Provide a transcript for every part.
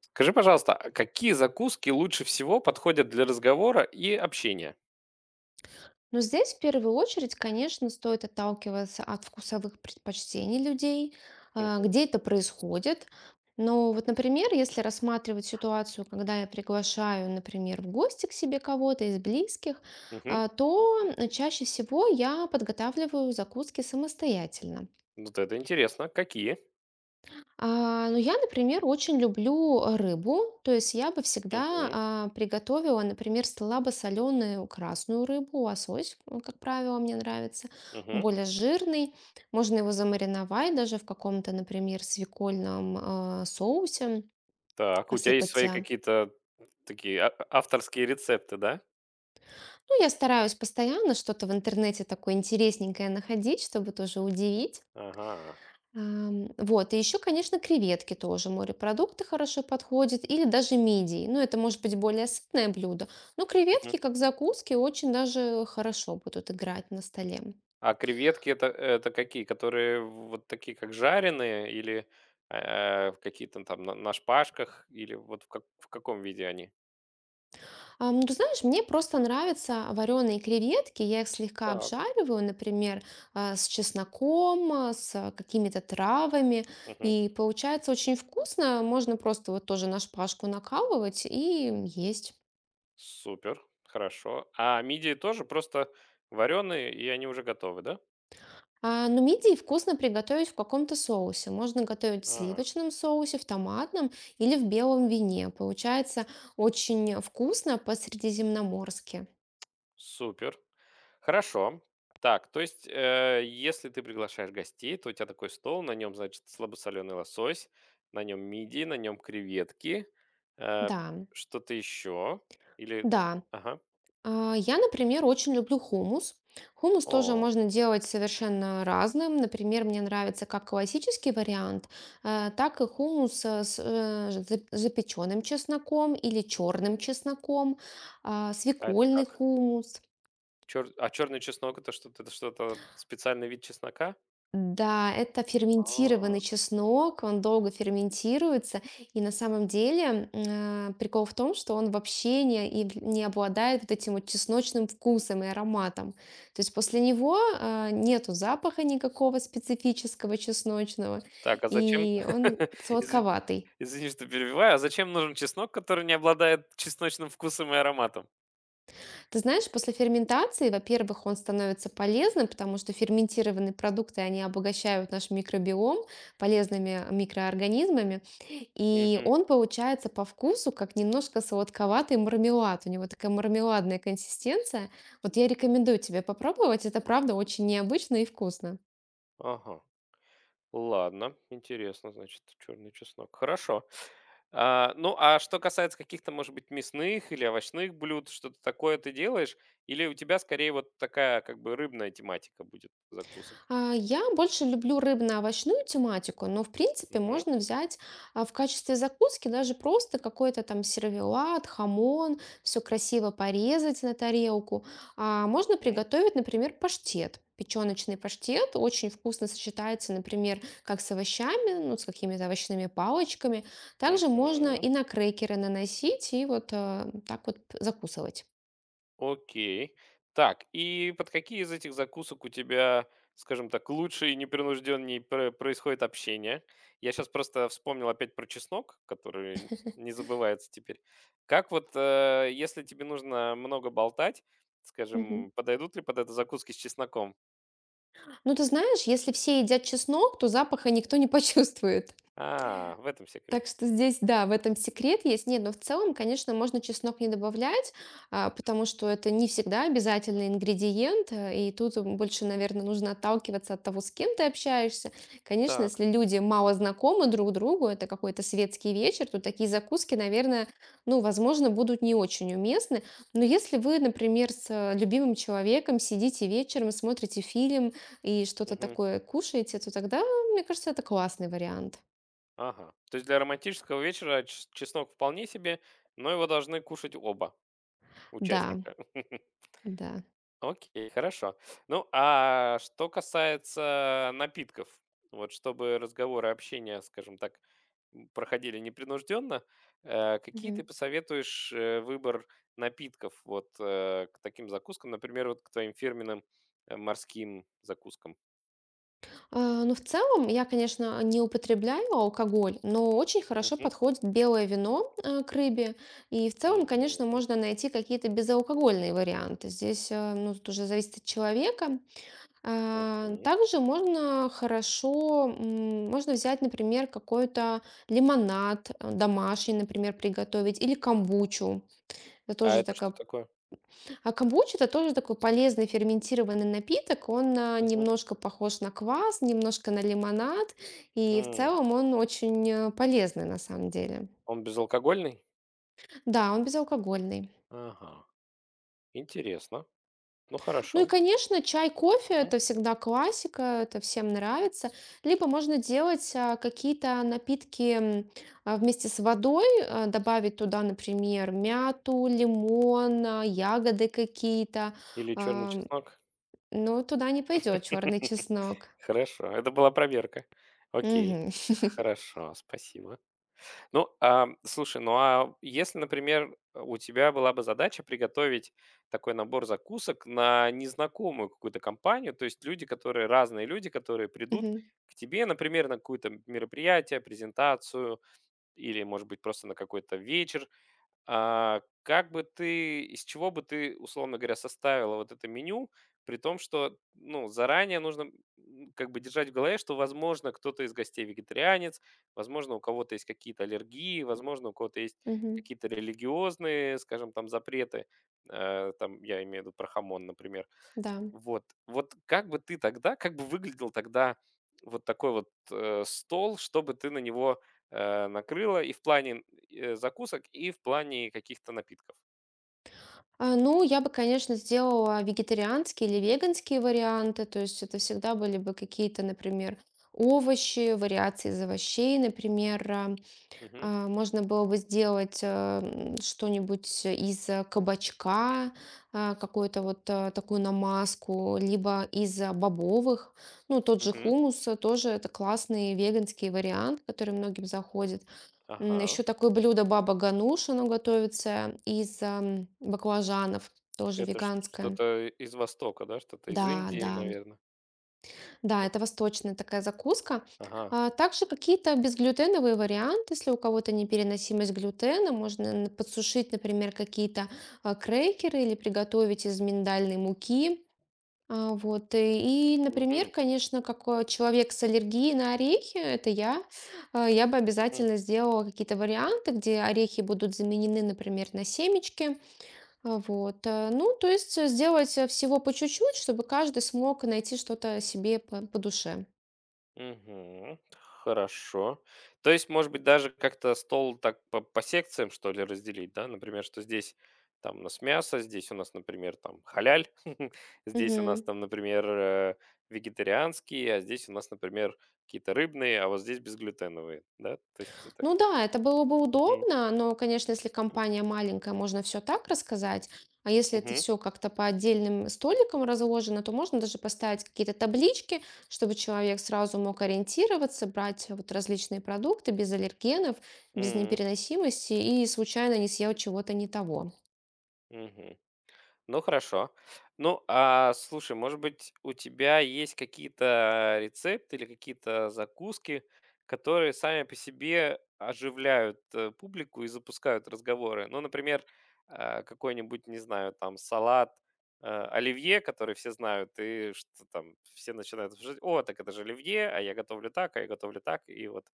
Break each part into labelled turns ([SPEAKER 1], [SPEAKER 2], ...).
[SPEAKER 1] Скажи, пожалуйста, а какие закуски лучше всего подходят для разговора и общения?
[SPEAKER 2] Но здесь в первую очередь, конечно, стоит отталкиваться от вкусовых предпочтений людей,
[SPEAKER 1] М,
[SPEAKER 2] где это происходит. Но вот, например, если рассматривать ситуацию, когда я приглашаю, например, в гости к себе кого-то из близких,
[SPEAKER 1] мгм.
[SPEAKER 2] то чаще всего я подготавливаю закуски самостоятельно.
[SPEAKER 1] Вот это интересно. Какие?
[SPEAKER 2] Ну, я, например, очень люблю рыбу, то есть я бы всегда
[SPEAKER 1] Мгм,
[SPEAKER 2] приготовила, например, слабосоленую красную рыбу, лосось, он, как правило, мне нравится, он
[SPEAKER 1] мгм.
[SPEAKER 2] более жирный, можно его замариновать даже в каком-то, например, свекольном соусе,
[SPEAKER 1] Так, у тебя есть
[SPEAKER 2] посыпать.
[SPEAKER 1] свои какие-то такие авторские рецепты, да?
[SPEAKER 2] Ну, я стараюсь постоянно что-то в интернете такое интересненькое находить, чтобы тоже удивить.
[SPEAKER 1] Ага.
[SPEAKER 2] Вот, и еще, конечно, креветки тоже, морепродукты хорошо подходят, или даже мидии. Ну, это может быть более сытное блюдо, но
[SPEAKER 1] Мгм.
[SPEAKER 2] креветки, как закуски, очень даже хорошо будут играть на столе.
[SPEAKER 1] А креветки это какие? Которые вот такие, как жареные, или какие-то там на шпажках, или вот в каком виде они?
[SPEAKER 2] Ну, ты знаешь, мне просто нравятся вареные креветки, я их слегка
[SPEAKER 1] Так.
[SPEAKER 2] обжариваю, например, с чесноком, с какими-то травами,
[SPEAKER 1] Мгм.
[SPEAKER 2] и получается очень вкусно, можно просто вот тоже на шпажку накалывать и есть.
[SPEAKER 1] Супер, хорошо. А мидии тоже просто вареные, и они уже готовы, да?
[SPEAKER 2] Ну, мидии вкусно приготовить в каком-то соусе. Можно готовить в
[SPEAKER 1] А,
[SPEAKER 2] сливочном соусе, в томатном или в белом вине. Получается очень вкусно по-средиземноморски.
[SPEAKER 1] Супер. Хорошо. Так, то есть, если ты приглашаешь гостей, то у тебя такой стол, на нем, значит, слабосоленый лосось, на нем мидии, на нем креветки, э,
[SPEAKER 2] Да,
[SPEAKER 1] что-то еще. Или.
[SPEAKER 2] да.
[SPEAKER 1] Ага.
[SPEAKER 2] Я, например, очень люблю хумус. Хумус тоже
[SPEAKER 1] О,
[SPEAKER 2] можно делать совершенно разным. Например, мне нравится как классический вариант, так и хумус с запеченным чесноком или черным чесноком,
[SPEAKER 1] а это
[SPEAKER 2] свекольный
[SPEAKER 1] как?
[SPEAKER 2] хумус.
[SPEAKER 1] А черный чеснок это что-то специальный вид чеснока?
[SPEAKER 2] Да, это
[SPEAKER 1] А,
[SPEAKER 2] ферментированный чеснок, он долго ферментируется, и на самом деле прикол в том, что он вообще не, и не обладает вот этим вот чесночным вкусом и ароматом. То есть после него нету запаха никакого специфического чесночного,
[SPEAKER 1] Так, а зачем?
[SPEAKER 2] и он
[SPEAKER 1] Изви-
[SPEAKER 2] сладковатый.
[SPEAKER 1] Извини, что перебиваю. А зачем нужен чеснок, который не обладает чесночным вкусом и ароматом?
[SPEAKER 2] Ты знаешь, после ферментации, во-первых, он становится полезным, потому что ферментированные продукты, они обогащают наш микробиом полезными микроорганизмами, и
[SPEAKER 1] Мгм.
[SPEAKER 2] он получается по вкусу как немножко сладковатый мармелад. У него такая мармеладная консистенция. Вот я рекомендую тебе попробовать. Это правда очень необычно и вкусно.
[SPEAKER 1] Ага. Ладно, интересно, значит, черный чеснок. Хорошо. Ну, а что касается каких-то, может быть, мясных или овощных блюд, что-то такое ты делаешь? Или у тебя скорее вот такая как бы рыбная тематика будет закусок?
[SPEAKER 2] Я больше люблю рыбно-овощную тематику, но в принципе
[SPEAKER 1] Мгм.
[SPEAKER 2] можно взять в качестве закуски даже просто какой-то там сервелат, хамон, все красиво порезать на тарелку. А можно приготовить, например, паштет. Печеночный паштет очень вкусно сочетается, например, как с овощами, ну, с какими-то овощными палочками. Также можно и на крекеры наносить и вот так вот закусывать.
[SPEAKER 1] Окей. Так, и под какие из этих закусок у тебя, скажем так, лучше и непринужденнее происходит общение? Я сейчас просто вспомнил опять про чеснок, который не забывается теперь. Как вот, если тебе нужно много болтать,
[SPEAKER 2] Мгм.
[SPEAKER 1] скажем, подойдут ли под это закуски с чесноком?
[SPEAKER 2] Ну, ты знаешь, если все едят чеснок, то запаха никто не почувствует.
[SPEAKER 1] А, в этом
[SPEAKER 2] Так
[SPEAKER 1] секрет.
[SPEAKER 2] что здесь, да, в этом секрет есть. Нет, но в целом, конечно, можно чеснок не добавлять, потому что это не всегда обязательный ингредиент, и тут больше, наверное, нужно отталкиваться от того, с кем ты общаешься. Конечно,
[SPEAKER 1] Так.
[SPEAKER 2] если люди мало знакомы друг другу, это какой-то светский вечер, то такие закуски, наверное, ну, возможно, будут не очень уместны. Но если вы, например, с любимым человеком сидите вечером, смотрите фильм и что-то
[SPEAKER 1] Мгм.
[SPEAKER 2] такое кушаете, то тогда, мне кажется, это классный вариант.
[SPEAKER 1] Ага. То есть для романтического вечера чеснок вполне себе, но его должны кушать оба
[SPEAKER 2] Да,
[SPEAKER 1] участника.
[SPEAKER 2] да.
[SPEAKER 1] Окей, хорошо. Ну, а что касается напитков, вот чтобы разговоры, общение, скажем так, проходили непринужденно, какие
[SPEAKER 2] Мгм.
[SPEAKER 1] ты посоветуешь выбор напитков вот к таким закускам, например, вот к твоим фирменным морским закускам?
[SPEAKER 2] Ну, в целом, я, конечно, не употребляю алкоголь, но очень хорошо
[SPEAKER 1] Мгм,
[SPEAKER 2] подходит белое вино к рыбе. И в целом, конечно,
[SPEAKER 1] мгм,
[SPEAKER 2] можно найти какие-то безалкогольные варианты. Здесь, ну, тут уже зависит от человека.
[SPEAKER 1] мгм.
[SPEAKER 2] Также можно хорошо, можно взять, например, какой-то лимонад домашний, например, приготовить, или камбучу. Это
[SPEAKER 1] А
[SPEAKER 2] тоже
[SPEAKER 1] это что
[SPEAKER 2] такая
[SPEAKER 1] такое?
[SPEAKER 2] А камбуч- это тоже такой полезный ферментированный напиток. Он,
[SPEAKER 1] Мгм.
[SPEAKER 2] немножко похож на квас, немножко на лимонад, и в
[SPEAKER 1] М,
[SPEAKER 2] целом он очень, полезный на самом деле.
[SPEAKER 1] Он безалкогольный?
[SPEAKER 2] Да, он безалкогольный.
[SPEAKER 1] Ага, интересно. Ну,
[SPEAKER 2] Ну и,
[SPEAKER 1] хорошо.
[SPEAKER 2] конечно, чай, кофе-
[SPEAKER 1] Мгм.
[SPEAKER 2] это всегда классика, это всем нравится. Либо можно делать, какие-то напитки, вместе с водой, добавить туда, например, мяту, лимон, ягоды какие-то.
[SPEAKER 1] Или черный
[SPEAKER 2] Ам,
[SPEAKER 1] чеснок?
[SPEAKER 2] но туда не пойдет черный чеснок.
[SPEAKER 1] Хорошо, это была проверка. Окей,
[SPEAKER 2] Мгм.
[SPEAKER 1] хорошо, спасибо. Ну, слушай, ну а если, например, у тебя была бы задача приготовить такой набор закусок на незнакомую какую-то компанию, то есть люди, которые разные люди, которые придут
[SPEAKER 2] Мгм.
[SPEAKER 1] к тебе, например, на какое-то мероприятие, презентацию или, может быть, просто на какой-то вечер, как бы ты, из чего бы ты, условно говоря, составила вот это меню, при том, что, ну, заранее нужно как бы держать в голове, что, возможно, кто-то из гостей вегетарианец, возможно, у кого-то есть какие-то аллергии, возможно, у кого-то есть
[SPEAKER 2] Мгм.
[SPEAKER 1] какие-то религиозные, скажем, там запреты. Там я имею в виду про хамон, например.
[SPEAKER 2] Да.
[SPEAKER 1] Вот. Вот как бы ты тогда, как бы выглядел тогда вот такой вот, стол, чтобы ты на него, накрыла и в плане, закусок, и в плане каких-то напитков?
[SPEAKER 2] Ну, я бы, конечно, сделала вегетарианские или веганские варианты. То есть это всегда были бы какие-то, например, овощи, вариации из овощей. Например,
[SPEAKER 1] Мгм.
[SPEAKER 2] можно было бы сделать что-нибудь из кабачка, какую-то вот такую намазку, либо из бобовых. Ну, тот же
[SPEAKER 1] Мгм.
[SPEAKER 2] хумус тоже это классный веганский вариант, который многим заходит.
[SPEAKER 1] Ага.
[SPEAKER 2] Еще такое блюдо баба гануш, оно готовится из баклажанов, тоже
[SPEAKER 1] Это ш
[SPEAKER 2] веганское.
[SPEAKER 1] что-то из Востока, да? Что-то из
[SPEAKER 2] Да,
[SPEAKER 1] Индии,
[SPEAKER 2] да,
[SPEAKER 1] наверное.
[SPEAKER 2] да, это восточная такая закуска.
[SPEAKER 1] Ага.
[SPEAKER 2] А также какие-то безглютеновые варианты, если у кого-то непереносимость глютена, можно подсушить, например, какие-то крекеры или приготовить из миндальной муки, вот, и, например,
[SPEAKER 1] Мгм.
[SPEAKER 2] конечно, как, человек с аллергией на орехи — это я, я бы
[SPEAKER 1] Мгм.
[SPEAKER 2] обязательно сделала какие-то варианты, где орехи будут заменены, например, на семечки. Вот, ну, то есть, сделать, всего по чуть-чуть, чтобы каждый смог найти что-то себе по душе.
[SPEAKER 1] Мгм. Хорошо. То есть, может быть, даже как-то стол так по секциям, что ли, разделить, да? Например, что здесь там у нас мясо, здесь у нас, например, там халяль, здесь у нас
[SPEAKER 2] Мгм.
[SPEAKER 1] там, например, вегетарианские, а здесь у нас, например, какие-то рыбные, а вот здесь безглютеновые, да? То есть это.
[SPEAKER 2] Ну да, это было бы
[SPEAKER 1] Мгм.
[SPEAKER 2] удобно, но, конечно, если компания маленькая, можно все так рассказать. А если это
[SPEAKER 1] Мгм.
[SPEAKER 2] все как-то по отдельным столикам разложено, то можно даже поставить какие-то таблички, чтобы человек сразу мог ориентироваться, брать вот различные продукты без аллергенов, без
[SPEAKER 1] М.
[SPEAKER 2] непереносимости и случайно не съел чего-то не того.
[SPEAKER 1] Мгм. Ну, хорошо. Ну, а слушай, может быть, у тебя есть какие-то рецепты или какие-то закуски, которые сами по себе оживляют публику и запускают разговоры? Ну, например, какой-нибудь, не знаю, там, салат оливье, который все знают, и что там все начинают обсуждать, о, так это же оливье, а я готовлю так, а я готовлю так, и вот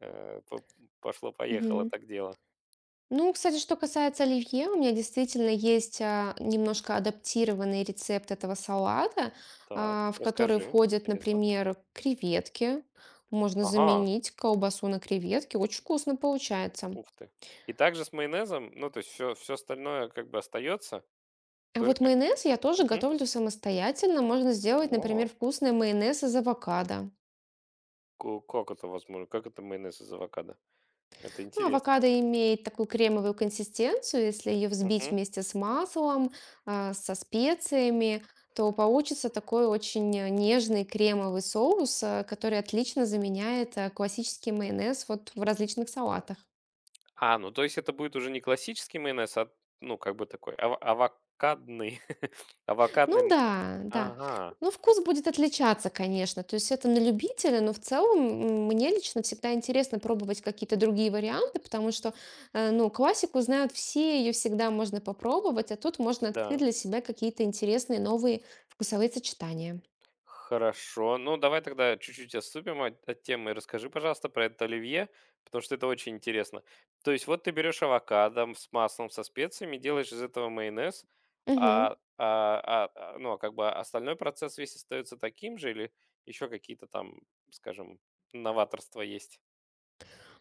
[SPEAKER 1] э, по- пошло-поехало
[SPEAKER 2] Мгм.
[SPEAKER 1] так дело.
[SPEAKER 2] Ну, кстати, что касается оливье, у меня действительно есть немножко адаптированный рецепт этого салата,
[SPEAKER 1] Так,
[SPEAKER 2] в который
[SPEAKER 1] расскажи,
[SPEAKER 2] входят,
[SPEAKER 1] интересно.
[SPEAKER 2] например, креветки. Можно
[SPEAKER 1] Ага.
[SPEAKER 2] заменить колбасу на креветки. Очень вкусно получается.
[SPEAKER 1] Ух ты. И также с майонезом, ну, то есть все остальное как бы остается,
[SPEAKER 2] А вот
[SPEAKER 1] только.
[SPEAKER 2] майонез я тоже
[SPEAKER 1] Мгм.
[SPEAKER 2] готовлю самостоятельно. Можно сделать, например,
[SPEAKER 1] О,
[SPEAKER 2] вкусный майонез из авокадо.
[SPEAKER 1] ко как это возможно? Как это майонез из авокадо? Это
[SPEAKER 2] Ну,
[SPEAKER 1] интересно.
[SPEAKER 2] авокадо имеет такую кремовую консистенцию. Если ее взбить
[SPEAKER 1] Мгм.
[SPEAKER 2] вместе с маслом, со специями, то получится такой очень нежный кремовый соус, который отлично заменяет классический майонез вот в различных салатах.
[SPEAKER 1] Ну, то есть это будет уже не классический майонез, ну, как бы такой ава авокадный авокадный.
[SPEAKER 2] Ну да, да.
[SPEAKER 1] Ага,
[SPEAKER 2] Ну, вкус будет отличаться, конечно. То есть это на любителя, но в целом мне лично всегда интересно пробовать какие-то другие варианты, потому что, ну, классику знают все, ее всегда можно попробовать, а тут можно открыть
[SPEAKER 1] да.
[SPEAKER 2] для себя какие-то интересные новые вкусовые сочетания.
[SPEAKER 1] Хорошо. Ну, давай тогда чуть-чуть отступим от темы. Расскажи, пожалуйста, про это оливье, потому что это очень интересно. То есть вот ты берешь авокадо, с маслом, со специями, делаешь из этого майонез,
[SPEAKER 2] Мгм.
[SPEAKER 1] а, а- ну, а как бы остальной процесс весь остается таким же или еще какие-то там, скажем, новаторства есть?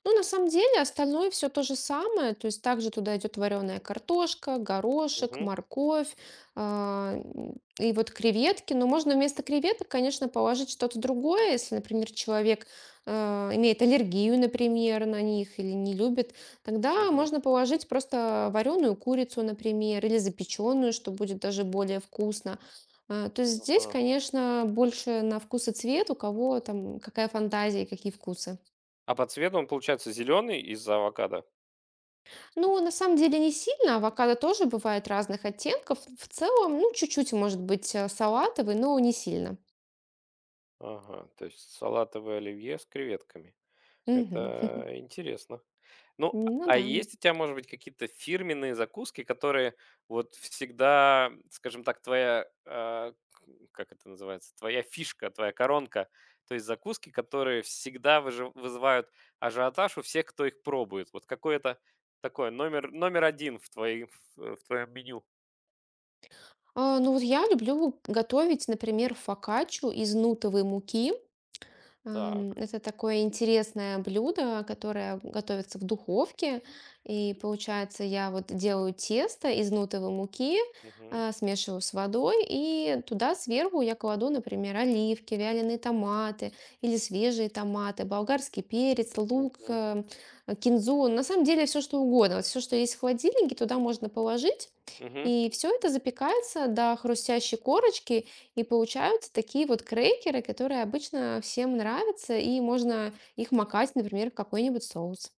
[SPEAKER 2] Ну, на самом деле, остальное все то же самое. То есть также туда идет вареная картошка, горошек,
[SPEAKER 1] Мгм,
[SPEAKER 2] морковь, и вот креветки. Но можно вместо креветок, конечно, положить что-то другое. Если, например, человек имеет аллергию, например, на них или не любит, тогда
[SPEAKER 1] мгм,
[SPEAKER 2] можно положить просто вареную курицу, например, или запеченную, что будет даже более вкусно. То есть здесь,
[SPEAKER 1] ага.
[SPEAKER 2] конечно, больше на вкус и цвет, у кого там какая фантазия и какие вкусы.
[SPEAKER 1] А по цвету он получается зеленый из-за авокадо?
[SPEAKER 2] Ну, на самом деле не сильно. Авокадо тоже бывает разных оттенков. В целом, ну, чуть-чуть может быть салатовый, но не сильно.
[SPEAKER 1] Ага, то есть салатовое оливье с креветками.
[SPEAKER 2] Мгм.
[SPEAKER 1] Это интересно. Ну, а
[SPEAKER 2] Ну
[SPEAKER 1] а
[SPEAKER 2] да.
[SPEAKER 1] есть у тебя, может быть, какие-то фирменные закуски, которые вот всегда, скажем так, твоя, как это называется, твоя фишка, твоя коронка, то есть закуски, которые всегда вызывают ажиотаж у всех, кто их пробует. Вот какое-то такое номер один в в твоем меню.
[SPEAKER 2] Ну вот я люблю готовить, например, фокаччу из нутовой муки.
[SPEAKER 1] Так.
[SPEAKER 2] Это такое интересное блюдо, которое готовится в духовке. И получается, я вот делаю тесто из нутовой муки,
[SPEAKER 1] Мгм.
[SPEAKER 2] смешиваю с водой, и туда сверху я кладу, например, оливки, вяленые томаты или свежие томаты, болгарский перец, лук,
[SPEAKER 1] Мгм.
[SPEAKER 2] кинзу. На самом деле все, что угодно. Вот все, что есть в холодильнике, туда можно положить.
[SPEAKER 1] Мгм.
[SPEAKER 2] И все это запекается до хрустящей корочки, и получаются такие вот крекеры, которые обычно всем нравятся, и можно их макать, например, в какой-нибудь соус.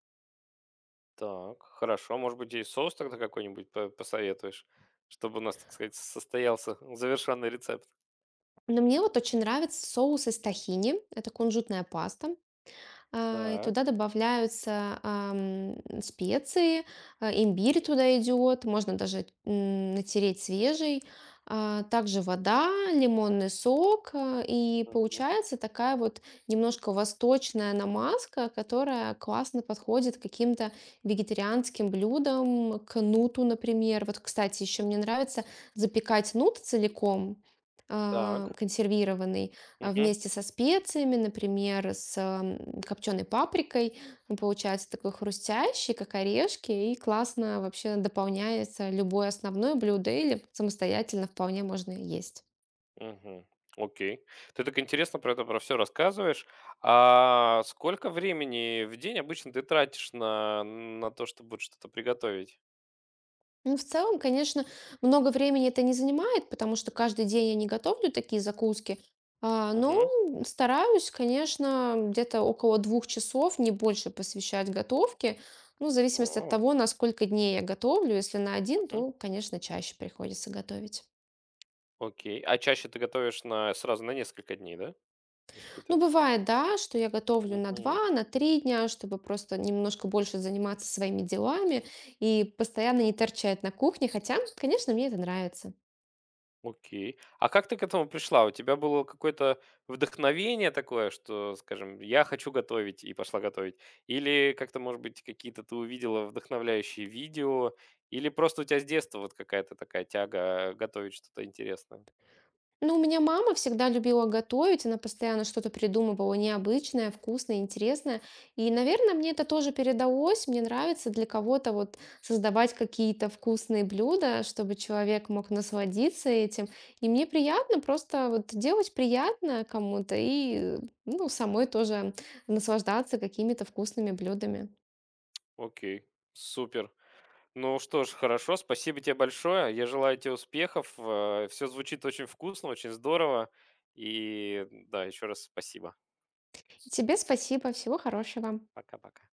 [SPEAKER 1] Так, хорошо. Может быть, и соус тогда какой-нибудь посоветуешь, чтобы у нас, так сказать, состоялся завершенный рецепт.
[SPEAKER 2] Но мне вот очень нравится соус из тахини, это кунжутная паста. И
[SPEAKER 1] Так.
[SPEAKER 2] туда добавляются, специи, имбирь туда идет, можно даже натереть свежий, также вода, лимонный сок, и
[SPEAKER 1] Мгм.
[SPEAKER 2] получается такая вот немножко восточная намазка, которая классно подходит к каким-то вегетарианским блюдам, к нуту, например. Вот, кстати, еще мне нравится запекать нут целиком,
[SPEAKER 1] Так.
[SPEAKER 2] консервированный,
[SPEAKER 1] Мгм.
[SPEAKER 2] вместе со специями, например, с копченой паприкой. Он получается такой хрустящий, как орешки, и классно вообще дополняется любое основное блюдо или самостоятельно вполне можно и есть.
[SPEAKER 1] Мгм. Окей. Ты так интересно про это про все рассказываешь. А сколько времени в день обычно ты тратишь на то, чтобы вот что-то приготовить?
[SPEAKER 2] Ну, в целом, конечно, много времени это не занимает, потому что каждый день я не готовлю такие закуски. Но
[SPEAKER 1] Мгм.
[SPEAKER 2] стараюсь, конечно, где-то около 2 часов, не больше посвящать готовке. Ну, в зависимости от
[SPEAKER 1] О,
[SPEAKER 2] того, на сколько дней я готовлю. Если на один,
[SPEAKER 1] мгм.
[SPEAKER 2] то, конечно, чаще приходится готовить.
[SPEAKER 1] Окей. А чаще ты готовишь на сразу на несколько дней, да? То есть какие-то.
[SPEAKER 2] Ну, бывает, да, что я готовлю на
[SPEAKER 1] Мгм.
[SPEAKER 2] 2, на 3 дня, чтобы просто немножко больше заниматься своими делами и постоянно не торчать на кухне. Хотя, конечно, мне это нравится.
[SPEAKER 1] Окей. А как ты к этому пришла? У тебя было какое-то вдохновение такое, что, скажем, я хочу готовить и пошла готовить? Или как-то, может быть, какие-то ты увидела вдохновляющие видео? Или просто у тебя с детства вот какая-то такая тяга готовить что-то интересное?
[SPEAKER 2] Ну, у меня мама всегда любила готовить, она постоянно что-то придумывала необычное, вкусное, интересное. И, наверное, мне это тоже передалось. Мне нравится для кого-то вот создавать какие-то вкусные блюда, чтобы человек мог насладиться этим. И мне приятно просто вот делать приятно кому-то и, ну, самой тоже наслаждаться какими-то вкусными блюдами.
[SPEAKER 1] Окей. Супер. Ну что ж, хорошо, спасибо тебе большое. Я желаю тебе успехов. Все звучит очень вкусно, очень здорово. И да, еще раз спасибо.
[SPEAKER 2] Тебе спасибо, всего хорошего.
[SPEAKER 1] Пока-пока.